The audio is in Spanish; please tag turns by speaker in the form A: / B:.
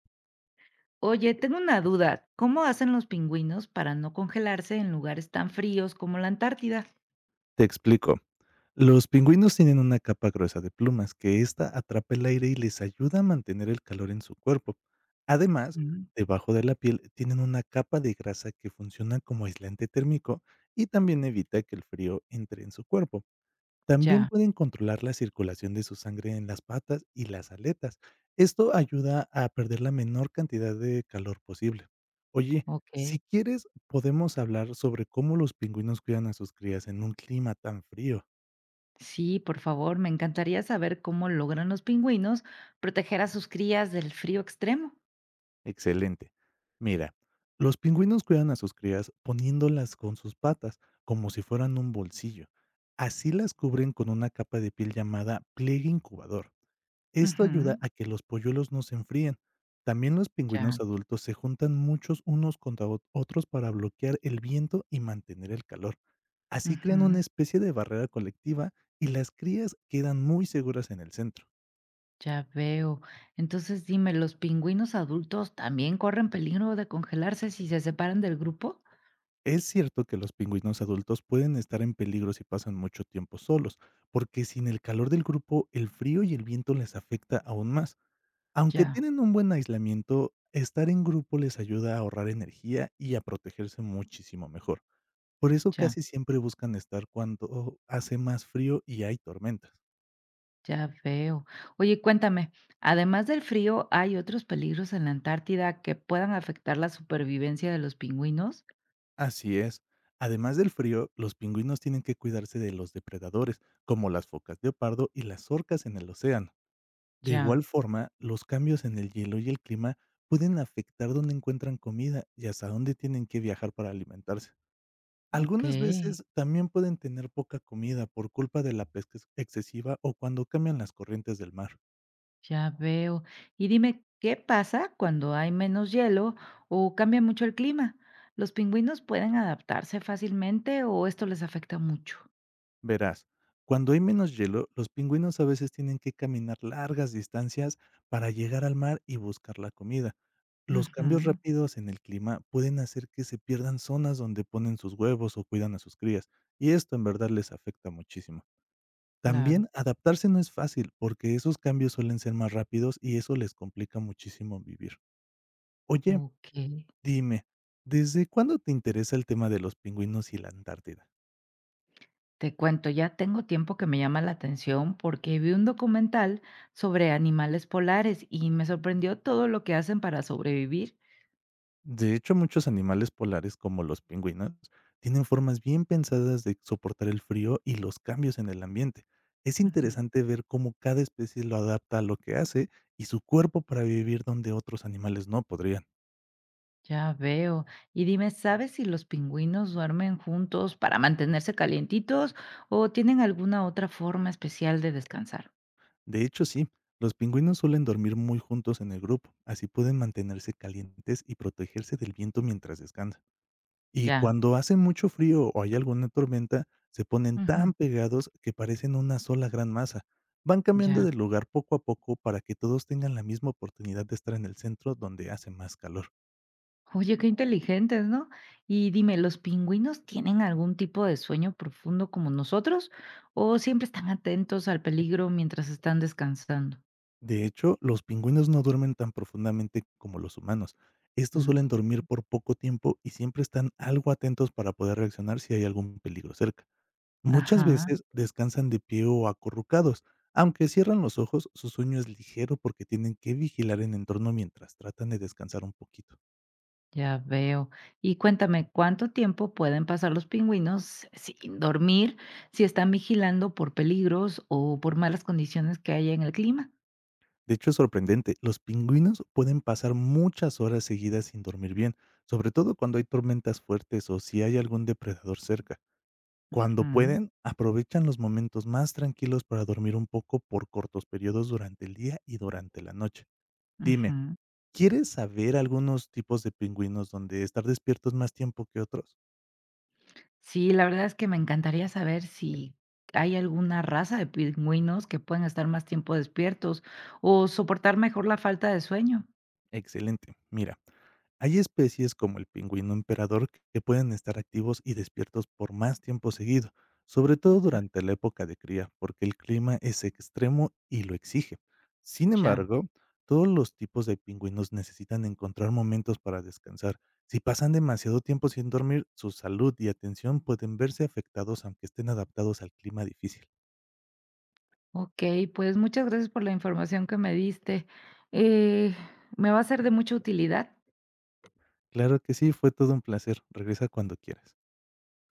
A: Oye, tengo una duda. ¿Cómo hacen los pingüinos para no congelarse en lugares tan fríos como la Antártida?
B: Te explico. Los pingüinos tienen una capa gruesa de plumas que ésta atrapa el aire y les ayuda a mantener el calor en su cuerpo. Además,
A: Ujú,
B: debajo de la piel tienen una capa de grasa que funciona como aislante térmico y también evita que el frío entre en su cuerpo. También
A: ya,
B: pueden controlar la circulación de su sangre en las patas y las aletas. Esto ayuda a perder la menor cantidad de calor posible. Oye,
A: ok.
B: si quieres, podemos hablar sobre cómo los pingüinos cuidan a sus crías en un clima tan frío.
A: Sí, por favor, me encantaría saber cómo logran los pingüinos proteger a sus crías del frío extremo.
B: Excelente. Mira, los pingüinos cuidan a sus crías poniéndolas con sus patas, como si fueran un bolsillo. Así las cubren con una capa de piel llamada pliegue incubador. Esto ayuda
A: Ujú,
B: a que los polluelos no se enfríen. También los pingüinos
A: ya,
B: adultos se juntan muchos unos contra otros para bloquear el viento y mantener el calor. Así crean
A: ujú,
B: una especie de barrera colectiva y las crías quedan muy seguras en el centro.
A: ya veo. Entonces dime, ¿los pingüinos adultos también corren peligro de congelarse si se separan del grupo?
B: Es cierto que los pingüinos adultos pueden estar en peligro si pasan mucho tiempo solos, porque sin el calor del grupo el frío y el viento les afecta aún más. Aunque
A: Ya,
B: tienen un buen aislamiento, estar en grupo les ayuda a ahorrar energía y a protegerse muchísimo mejor. Por eso
A: ya.
B: casi siempre buscan estar cuando hace más frío y hay tormentas.
A: Ya veo. Oye, cuéntame, además del frío, ¿hay otros peligros en la Antártida que puedan afectar la supervivencia de los pingüinos?
B: Así es. Además del frío, los pingüinos tienen que cuidarse de los depredadores, como las focas leopardo y las orcas en el océano. De igual
A: Ya,
B: forma, los cambios en el hielo y el clima pueden afectar dónde encuentran comida y hasta dónde tienen que viajar para alimentarse.
A: ok,
B: Algunas veces también pueden tener poca comida por culpa de la pesca excesiva o cuando cambian las corrientes del mar.
A: ya veo. Y dime, ¿qué pasa cuando hay menos hielo o cambia mucho el clima? ¿Los pingüinos pueden adaptarse fácilmente o esto les afecta mucho?
B: Verás, cuando hay menos hielo, los pingüinos a veces tienen que caminar largas distancias para llegar al mar y buscar la comida. Los cambios
A: Ujú,
B: rápidos en el clima pueden hacer que se pierdan zonas donde ponen sus huevos o cuidan a sus crías, y esto en verdad les afecta muchísimo.
A: claro,
B: También adaptarse no es fácil porque esos cambios suelen ser más rápidos y eso les complica muchísimo vivir. Oye,
A: ok.
B: dime, ¿desde cuándo te interesa el tema de los pingüinos y la Antártida?
A: Te cuento, ya tengo tiempo que me llama la atención porque vi un documental sobre animales polares y me sorprendió todo lo que hacen para sobrevivir.
B: De hecho, muchos animales polares, como los pingüinos, tienen formas bien pensadas de soportar el frío y los cambios en el ambiente. Es
A: Ujú,
B: interesante ver cómo cada especie lo adapta a lo que hace y su cuerpo para vivir donde otros animales no podrían.
A: ya veo. Y dime, ¿sabes si los pingüinos duermen juntos para mantenerse calientitos o tienen alguna otra forma especial de descansar?
B: De hecho, sí, los pingüinos suelen dormir muy juntos en el grupo, así pueden mantenerse calientes y protegerse del viento mientras descansan. Y
A: Ya.
B: cuando hace mucho frío o hay alguna tormenta, se ponen
A: Ujú,
B: tan pegados que parecen una sola gran masa. Van cambiando
A: ya.
B: de lugar poco a poco para que todos tengan la misma oportunidad de estar en el centro donde hace más calor.
A: Oye, qué inteligentes, ¿no? Y dime, ¿los pingüinos tienen algún tipo de sueño profundo como nosotros o siempre están atentos al peligro mientras están descansando?
B: De hecho, los pingüinos no duermen tan profundamente como los humanos. Estos
A: Mm,
B: suelen dormir por poco tiempo y siempre están algo atentos para poder reaccionar si hay algún peligro cerca. Muchas
A: ajá,
B: veces descansan de pie o acurrucados, aunque cierran los ojos, su sueño es ligero porque tienen que vigilar el entorno mientras tratan de descansar un poquito.
A: ya veo. Y cuéntame, ¿cuánto tiempo pueden pasar los pingüinos sin dormir si están vigilando por peligros o por malas condiciones que haya en el clima?
B: De hecho, es sorprendente, los pingüinos pueden pasar muchas horas seguidas sin dormir bien, sobre todo cuando hay tormentas fuertes o si hay algún depredador cerca. Cuando
A: Ujú,
B: pueden, aprovechan los momentos más tranquilos para dormir un poco por cortos periodos durante el día y durante la noche. Dime,
A: ujú.
B: ¿quieres saber algunos tipos de pingüinos donde estar despiertos más tiempo que otros?
A: Sí, la verdad es que me encantaría saber si hay alguna raza de pingüinos que pueden estar más tiempo despiertos o soportar mejor la falta de sueño.
B: Excelente. Mira, hay especies como el pingüino emperador que pueden estar activos y despiertos por más tiempo seguido, sobre todo durante la época de cría, porque el clima es extremo y lo exige. Sin
A: Ya.
B: embargo, todos los tipos de pingüinos necesitan encontrar momentos para descansar. Si pasan demasiado tiempo sin dormir, su salud y atención pueden verse afectados aunque estén adaptados al clima difícil.
A: Ok, pues muchas gracias por la información que me diste. Eh, Me va a ser de mucha utilidad.
B: Claro que sí, fue todo un placer. Regresa cuando quieras.